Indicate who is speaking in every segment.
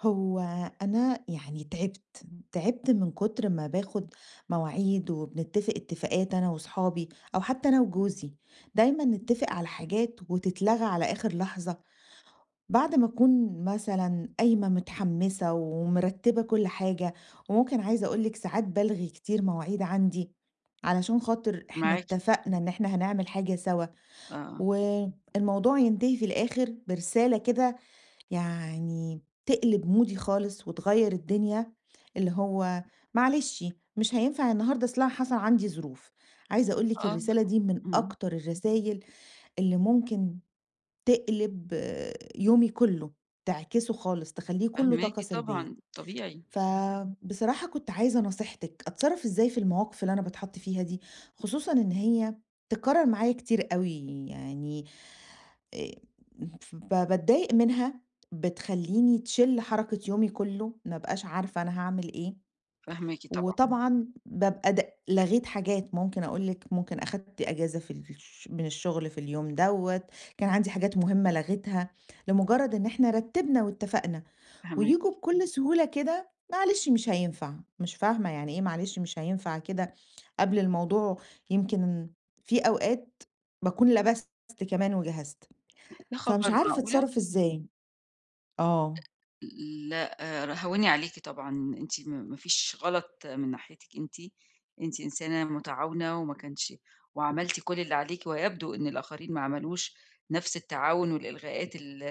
Speaker 1: هو، أنا يعني تعبت من كتر ما باخد مواعيد وبنتفق اتفاقات أنا وصحابي، أو حتى أنا وجوزي. دايمًا نتفق على حاجات وتتلغى على آخر لحظة، بعد ما أكون مثلًا قايمة متحمسة ومرتبة كل حاجة. وممكن عايزة أقول لِك ساعات بالغي كتير مواعيد عندي، علشان خاطر إحنا
Speaker 2: معاكِ،
Speaker 1: اتفقنا إن إحنا هنعمل حاجة سوا.
Speaker 2: آه،
Speaker 1: والموضوع ينتهي في الآخر برسالة كده، يعني تقلب مودي خالص وتغيّر الدنيا، اللي هو: معلش مش هينفع النهارده، أصل أنا حصل عندي ظروف. عايزة أقول لِك
Speaker 2: آه،
Speaker 1: الرسالة دي من
Speaker 2: إمم.
Speaker 1: أكتر الرسايل اللي ممكن تقلب، آه، يومي كله، تعكسه خالص، تخلّيه كله
Speaker 2: فاهماكِ
Speaker 1: طاقة سلبية.
Speaker 2: طبعًا، طبيعي.
Speaker 1: فبصراحة كنت عايزة نصيحتِك، أتصرّف إزاي في المواقف اللي أنا باتحط فيها دي، خصوصًا إن هي بتتكرر معايا كتير أوي، يعني آآ ف باتضايق منها، بتخلّيني تشِل حركة يومي كُلّه، ما أبقاش عارفة أنا هاعمل إيه،
Speaker 2: فاهماكِ طبعًا.
Speaker 1: وطبعًا بابقى لغيت حاجات. ممكن أقول لِك ممكن أخدت إجازة في الش من الشغل في اليوم دوّة، كان عندي حاجات مهمة لغيتها، لمجرد إن إحنا رتّبنا واتفقنا.
Speaker 2: فاهماكِ.
Speaker 1: وييجوا بكل سهولة كده: معلش مش هينفع. مش فاهمة يعني إيه معلش مش هينفع كده قبل الموضوع، يمكن في أوقات باكون لبست كمان وجهزت.
Speaker 2: يا
Speaker 1: فمش
Speaker 2: خبر
Speaker 1: عارفة
Speaker 2: معقولة؟!
Speaker 1: أتصرّف إزاي. آه.
Speaker 2: لأ، هاوِني عليكِ طبعًا. أنتِ ما فيش غلط من ناحيتِك أنتِ، أنتِ إنسانة متعاونة وما كانش وعملتِ كل اللي عليكِ، ويبدو إن الآخرين ما عملوش نفس التعاون، والإلغاءات ال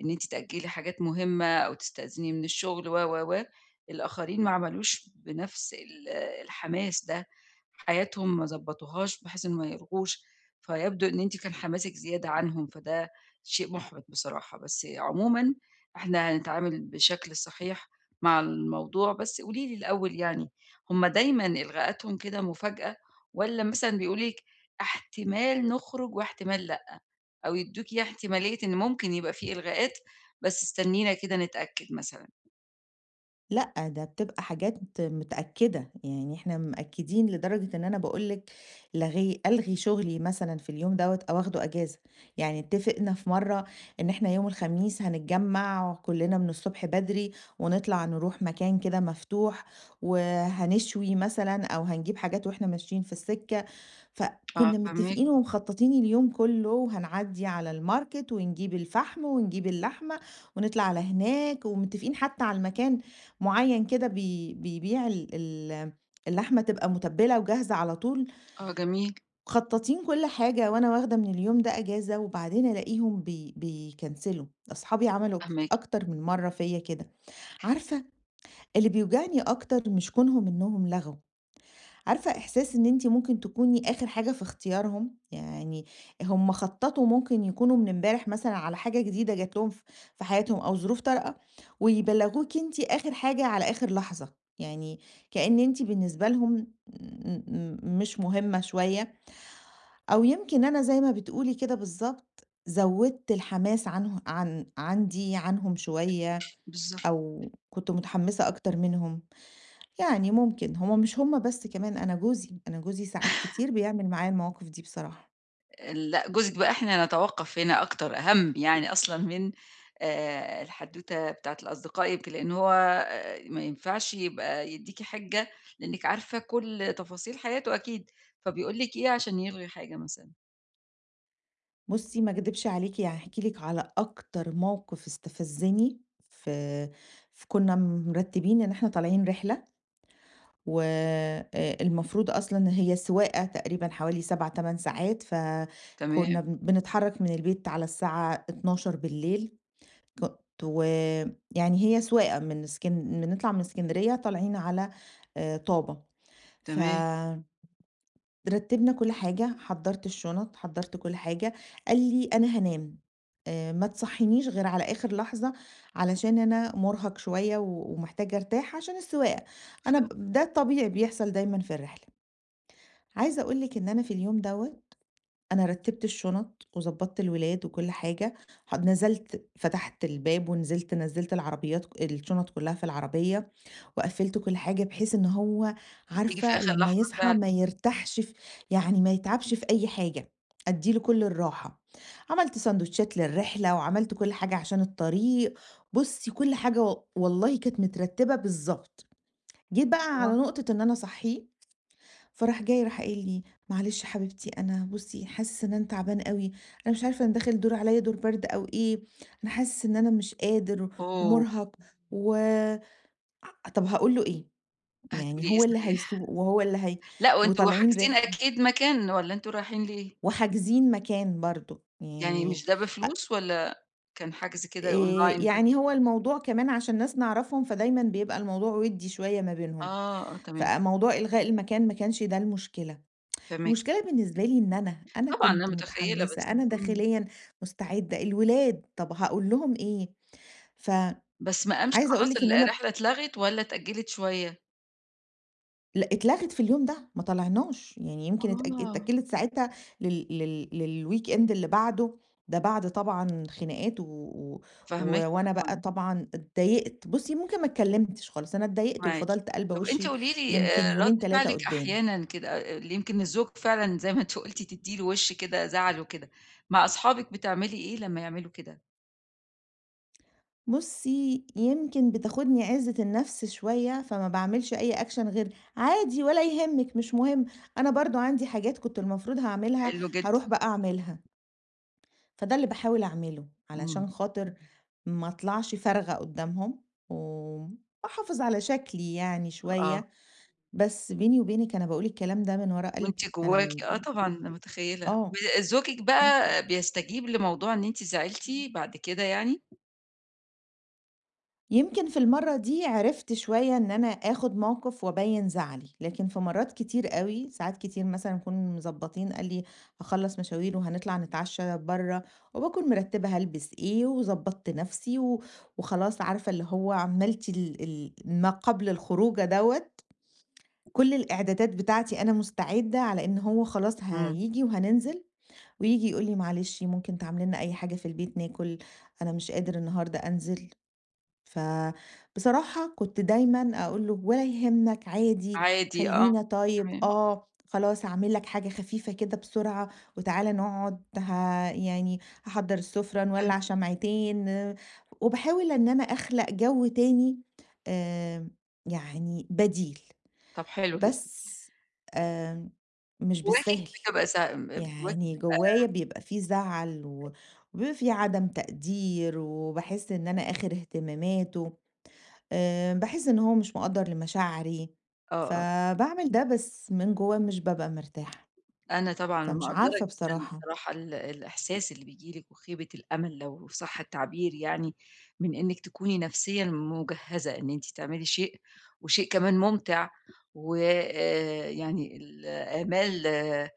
Speaker 2: إن أنتِ تأجّلي حاجات مهمة أو تستأذني من الشغل و الآخرين ما عملوش بنفس الحماس ده، حياتهم ما ضبّطوهاش بحيث إنه ما يلغوش. فيبدو إن أنتِ كان حماسِك زيادة عنهم، فده شيء مُحبِط بصراحة. بس عمومًا إحنا هنتعامل بشكل صحيح مع الموضوع، بس قولي لي الأول يعني، هُم دايمًا إلغاءاتهم كده مفاجأة والّا مثلًا بيقولوا لِك احتمال نخرج واحتمال لأ، أو يدّوكِ إيه احتمالية إن ممكن يبقى في إلغاءات بس استنينا كده نتأكد مثلًا؟
Speaker 1: لأ، ده بتبقى حاجات متأكدة، يعني إحنا مأكدين لدرجة إن أنا باقول لِك ألغي شغلي مثلًا في اليوم دوّة أو آخده إجازة. يعني اتفقنا في مرّة إن إحنا يوم الخميس هنتجمّع كلنا من الصبح بدري، ونطلع نروح مكان كده مفتوح، وهنشوي مثلًا أو هنجيب حاجات وإحنا ماشيين في السكة.
Speaker 2: آه،
Speaker 1: فكنا
Speaker 2: فاهماكِ.
Speaker 1: متفقين ومخططين اليوم كله، وهنعدّي على الماركت ونجيب الفحم ونجيب اللحمة ونطلع على هناك، ومتفقين حتى على المكان، معيّن كده بيبيع ال ال اللحمة تبقى متبّلة وجاهزة على طول.
Speaker 2: آه، جميل.
Speaker 1: مخطّطين كل حاجة وأنا واخدة من اليوم ده إجازة، وبعدين ألاقيهم بيكنسلوا، أصحابي عملوا
Speaker 2: فاهماكِ.
Speaker 1: أكتر من مرّة فيّا كده. عارفة، اللي بيوجعني أكتر مش كونهم إنهم لغوا، عارفة إحساس إن أنتِ ممكن تكوني آخر حاجة في اختيارهم؟ يعني هم خططوا ممكن يكونوا من امبارح مثلًا على حاجة جديدة جات لهم في حياتهم، أو ظروف طارئة، ويبلّغوكِ أنتِ آخر حاجة على آخر لحظة. يعني كأن أنتِ بالنسبة لهم م م مش مهمة شوية، أو يمكن أنا زي ما بتقولي كده بالضبط، زوّدت الحماس عنه عن عندي عنهم شوية،
Speaker 2: بالضبط.
Speaker 1: أو كنت متحمسة أكتر منهم. يعني ممكن، هُم مش هُم بس كمان، أنا جوزي ساعات كتير بيعمل معايا المواقف دي بصراحة.
Speaker 2: لأ، جوزِك بقى إحنا نتوقّف هنا أكتر، أهم يعني أصلًا من الحدوتة بتاعة الأصدقاء، يمكن لإن هو ما ينفعش يبقى يدّيكِ حِجّة، لإنِّك عارفة كل تفاصيل حياته أكيد، فبيقول لِك إيه عشان يلغي حاجة مثلًا.
Speaker 1: بُصّي ما أكدبش عليكِ، يعني هاحكي لِك على أكتر موقف استفزني في ف كنا مرتّبين إن إحنا طالعين رحلة، و المفروض أصلًا هي سواقة تقريبًا حوالي 7، 8 ساعات،
Speaker 2: تمام.
Speaker 1: فكنا بنتحرّك من البيت على الساعة 00:00. كنت ويعني هي سواقة من إسكن بنطلع من إسكندرية طالعين على طابة. ف
Speaker 2: تمام،
Speaker 1: رتّبنا كل حاجة، حضّرت الشنط، حضّرت كل حاجة. قال لي: "أنا هانام، ما تصحّينيش غير على آخر لحظة علشان أنا مُرهق شوية ومحتاج أرتاح عشان السواقة." أنا
Speaker 2: فبييجي
Speaker 1: ب ده الطبيعي بيحصل دايمًا في الرحلة. عايزة أقول لِك إن أنا في اليوم دوّة، أنا رتّبت الشنط وضبّطت الولاد وكل حاجة، نزلت فتحت الباب ونزلت، نزّلت العربيات الشنط كُلّها في العربية. وقفّلت كل حاجة بحيث إن هو،
Speaker 2: في
Speaker 1: عارفة
Speaker 2: آخر
Speaker 1: لمّا
Speaker 2: لحظة
Speaker 1: يصحى
Speaker 2: فعلًا.
Speaker 1: ما يرتاحش، ف يعني ما يتعبش في أي حاجة، أدّي له كل الراحة. عملت ساندوتشات للرحلة وعملت كل حاجة عشان الطريق. بُصّي، كل حاجة والله كانت مترتّبة بالضبط. جيت بقى على
Speaker 2: آه،
Speaker 1: نقطة إن أنا أصحّيه، فراح جاي راح قايل لي: "معلش حبيبتي أنا بُصّي حاسس إن أنا تعبان أوي، أنا مش عارفة أنا داخل دور برد أو إيه، أنا حاسس إن أنا مش قادر
Speaker 2: أوه!
Speaker 1: ومُرهق، و طب هاقول له إيه؟"
Speaker 2: هتقولي
Speaker 1: يعني
Speaker 2: إيه
Speaker 1: هو اللي
Speaker 2: صحيح؟
Speaker 1: هيسوق وهو اللي
Speaker 2: لأ، وأنتم
Speaker 1: وطالعين
Speaker 2: حاجزين
Speaker 1: رحلة
Speaker 2: أكيد مكان والّا أنتم رايحين ليه؟
Speaker 1: وحاجزين مكان برضه.
Speaker 2: يعني
Speaker 1: يعني
Speaker 2: مش ده
Speaker 1: أ
Speaker 2: بفلوس والّا كان حجز كده أونلاين بس؟
Speaker 1: يعني هو الموضوع كمان عشان ناس نعرفهم، فدايمًا بيبقى الموضوع وِدّي شوية ما بينهم.
Speaker 2: آه، آه، تمام،
Speaker 1: فموضوع إلغاء المكان ما كانش ده المشكلة.
Speaker 2: فاهماكِ.
Speaker 1: المشكلة بالنسبة لي إن أنا
Speaker 2: طبعًا أنا
Speaker 1: كنت
Speaker 2: متخيّلة
Speaker 1: متحمسة،
Speaker 2: بس،
Speaker 1: أنا
Speaker 2: إمم،
Speaker 1: داخليًا مستعدة، الولاد طَب هاقول لهم إيه؟ فعايزة
Speaker 2: بس ما قامش
Speaker 1: أقول
Speaker 2: خلاص
Speaker 1: لِك إن
Speaker 2: ال
Speaker 1: أنا،
Speaker 2: الرحلة اتلغت والّا اتأجّلت شوية؟
Speaker 1: لأ، اتلغت في اليوم ده، ما طلعناش. يعني يمكن
Speaker 2: آه.
Speaker 1: اتأجلت ساعتها لل لل للweekend اللي بعده، ده بعد طبعًا خناقات و و و
Speaker 2: فاهماكِ
Speaker 1: وأنا بقى
Speaker 2: طبعًا.
Speaker 1: طبعًا اتضايقت. بُصّي، ممكن ما اتكلمتش خالص، أنا اتضايقت
Speaker 2: معاكِ.
Speaker 1: وفضلت قالبة
Speaker 2: طَب أنتِ
Speaker 1: وشي
Speaker 2: قولي لي
Speaker 1: يمكن
Speaker 2: رَد
Speaker 1: يومين 3
Speaker 2: فعلِك
Speaker 1: قدّام.
Speaker 2: أحيانًا كده اللي يمكن الزوج فعلًا زي ما أنتِ قُلتِ تدّي له وِش كده زعل وكده، مع أصحابِك بتعملي إيه لمّا يعملوا كده؟
Speaker 1: بُصّي، يمكن بتاخدني عزة النفس شوية، فما باعملش أي action غير عادي، ولا يهمِّك مش مهم، أنا برضه عندي حاجات كنت المفروض هاعملها،
Speaker 2: حلو جدًا.
Speaker 1: هاروح بقى أعملها. فده اللي باحاول أعمله،
Speaker 2: إمم.
Speaker 1: علشان خاطر ما أطلعش فارغة قدّامهم، وأحافظ على شكلي يعني
Speaker 2: آه.
Speaker 1: شوية. بس بيني وبينِك أنا باقول الكلام ده من ورا
Speaker 2: وأنتِ
Speaker 1: قلبي. أنا
Speaker 2: جواكِ
Speaker 1: م
Speaker 2: آه، طبعًا أنا متخيّلة.
Speaker 1: آه،
Speaker 2: زوجِك
Speaker 1: إمم.
Speaker 2: بقى بيستجيب لموضوع إن أنتِ زعلتِ بعد كده يعني؟
Speaker 1: يمكن في المرّة دي عرفت شوية إن أنا آخُد موقِف وأبيّن زعلي، لكن في مرّات كتير أوي، ساعات كتير مثلًا نكون مضبّطين، قال لي هاخلّص مشاوير وهنطلع نتعشّى برّه، وباكون مرتّبة هالبس إيه وضبّطت نَفْسي وخلاص، عارفة اللي هو، عملت ال ال ما قبل الخروجة دوّة، كل الإعدادات بتاعتي، أنا مستعدة على إن هو خلاص
Speaker 2: إمم.
Speaker 1: هييجي وهننزل. وييجي يقول لي: معلش ممكن تعملي لنا أي حاجة في البيت ناكُل، أنا مش قادر النهارده أنزل. فبصراحة كنت دايمًا أقول له: "ولا يهمك عادي،
Speaker 2: عادي، آه.
Speaker 1: خلّينا طيب،
Speaker 2: تمام.
Speaker 1: آه، خلاص هاعمل لك حاجة خفيفة كده بسرعة، وتعالَ نقعد، يعني هاحضّر السفرة، نولّع شمعتين." وباحاول إن أنا أخلق جو تاني، آمم، يعني بديل.
Speaker 2: طَب حلو جدًا.
Speaker 1: بس آمم، مش
Speaker 2: بتواكب
Speaker 1: بالسهل.
Speaker 2: بتبقى س بتواكب
Speaker 1: يعني جوايا بيبقى في زعل وبيبقى في عدم تقدير، وباحس إن أنا آخر اهتماماته. باحس إن هو مش مقدّر لمشاعري.
Speaker 2: آه، آه.
Speaker 1: فباعمل ده بس من جوّايا مش بابقى مرتاحة.
Speaker 2: أنا طبعًا
Speaker 1: فمش
Speaker 2: مقدّرة
Speaker 1: عارفة
Speaker 2: جدًا
Speaker 1: بصراحة.
Speaker 2: بصراحة الإحساس اللي بييجي لِك وخيبة الأمل لو صح التعبير يعني، من إنِّك تكوني نفسيًا مجهّزة إن أنتِ تعملي شيء، وشيء كمان ممتع، وآآ يعني الآمال،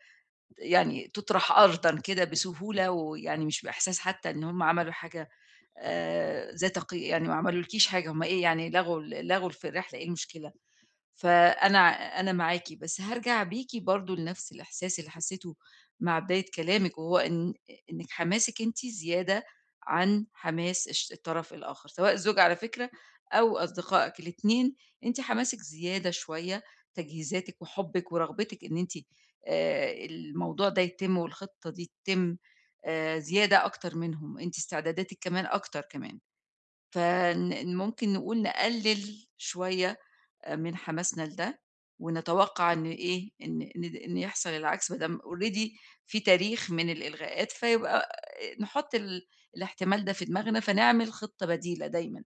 Speaker 2: يعني تُطرح أرضًا كده بسهولة، ويعني مش بإحساس حتى إن هم عملوا حاجة ذات قي يعني ما عملولكيش حاجة، هم إيه يعني لغوا الرحلة، إيه المشكلة؟ فأنا معاكِ، بس هارجع بيكِ برضه لنفس الإحساس اللي حسّيته مع بداية كلامِك، وهو إنِّك حماسِك أنتِ زيادة عن حماس الطرف الآخر، سواء الزوج على فكرة أو أصدقائك الاتنين. أنتِ حماسِك زيادة شوية، تجهيزاتِك وحُبِّك ورغبتِك إن أنتِ الموضوع ده يتم والخطة دي تتم، زيادة أكتر منهم، أنتِ استعداداتِك كمان أكتر كمان. ممكن نقلِّل شوية من حماسنا لده، ونتوقع إن إيه، إن إن إن يحصل العكس ما دام already في تاريخ من الإلغاءات، فيبقى نحُط الاحتمال ده في دماغنا، فنعمل خطة بديلة دايمًا.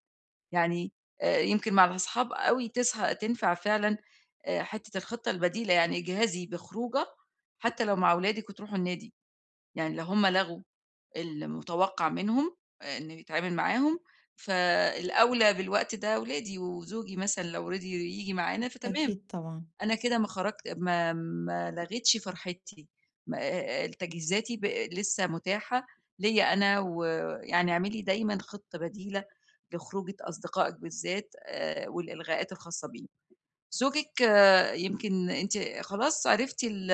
Speaker 2: يعني يمكن مع الأصحاب أوي تنفع فعلًا حتّة الخطة البديلة، يعني اجهزي بخروجة حتى لو مع ولادِك وتروحوا النادي. يعني لو هم لغوا المتوقّع منهم، إنه يتعامل معاهم، فالأولى بالوقت ده ولادي وزوجي مثلًا لو رِضي ييجي معانا فتمام.
Speaker 1: أكيد طبعًا.
Speaker 2: أنا كده ما خرجت، ما لغيتش فرحتي، ما تجهيزاتي لسه متاحة ليّا أنا، ويعني اعملي دايمًا خطة بديلة لخروجة أصدقائِك بالذات، والإلغاءات الخاصة بيهم. زوجِك، يمكن أنتِ خلاص عرفتِ ال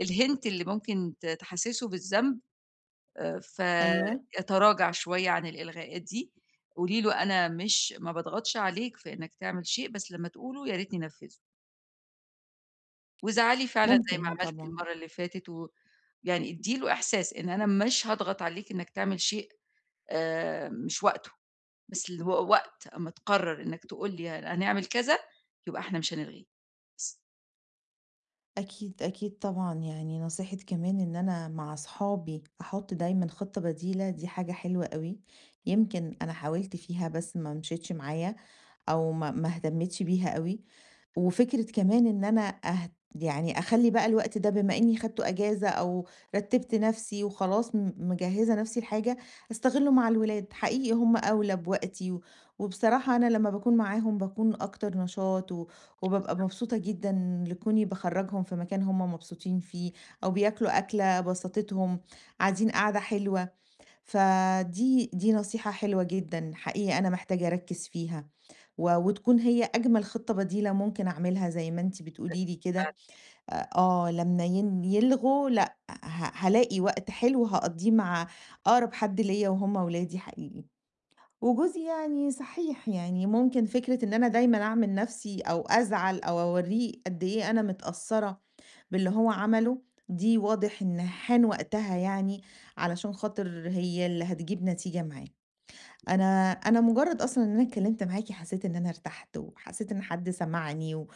Speaker 2: الhint اللي ممكن تحسّسه بالذنب؟ آآ،
Speaker 1: أيوه.
Speaker 2: فيتراجع شوية عن الإلغاءات دي. قولي له أنا مش ما باضغطش عليك في إنك تعمل شيء، بس لمّا تقوله يا ريتني نفّذه، وازعلي فعلًا. زي ما
Speaker 1: ممكن
Speaker 2: عملتِ
Speaker 1: طبعًا.
Speaker 2: المرّة اللي فاتت يعني ادّي له إحساس إن أنا مش هاضغط عليك إنك تعمل شيء، مش وقته، بس وقت أمّا تقرر إنك تقول لي هنعمل كذا، يبقى إحنا مش هنلغيه، بس.
Speaker 1: أكيد، أكيد طبعًا. يعني نصيحة كمان، إن أنا مع أصحابي أحُط دايمًا خطة بديلة، دي حاجة حلوة أوي، يمكن أنا حاولت فيها بس ما مشيتش معايا، أو ما اهتمتش بيها أوي. وفكرة كمان إن أنا أهت يعني أخلّي بقى الوقت ده بما إنّي خدت أجازة، أو رتّبت نَفْسي وخلاص، مجهّزة نَفْسي لحاجة، أستغلّه مع الولاد، حقيقي هم أولى بوقتي. وبصراحة أنا لمّا باكون معاهم باكون أكتر نشاط، وبابقى مبسوطة جدًا لكوني باخرّجهم في مكان هم مبسوطين فيه، أو بياكلوا أكلة بسطتهم، قاعدين قعدة حلوة. فدي نصيحة حلوة جدًا، حقيقي أنا محتاجة أركّز فيها. وتكون هي أجمل خطة بديلة ممكن أعملها زي ما أنتِ بتقولي لي كده. آه، لمّا يلغوا، لأ، هالاقي وقت حلو هاقضّيه مع أقرب حد ليّا، وهُم ولادي حقيقي. وجوزي يعني صحيح، يعني ممكن فكرة إن أنا دايمًا أعمل نَفْسي أو أزعل أو أورّيه قد إيه أنا متأثّرة باللي هو عمله، دي واضح إن حان وقتها، يعني علشان خاطر هي اللي هتجيب نتيجة معاه. أنا مجرّد أصلًا إن أنا اتكلّمت معاكِ حسّيت إن أنا ارتحت، وحسّيت إن حد سمعني،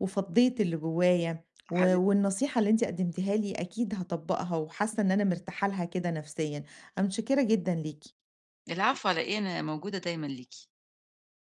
Speaker 1: وفضّيت اللي جوّايا،
Speaker 2: حبيبتي،
Speaker 1: والنصيحة اللي أنتِ قدّمتيها لي أكيد هاطبّقها، وحاسّة إن أنا مرتاحة لها كده نفسيًا. أنا متشكّرة جدًا ليكِ.
Speaker 2: العفو على إيه، أنا موجودة دايمًا ليكِ.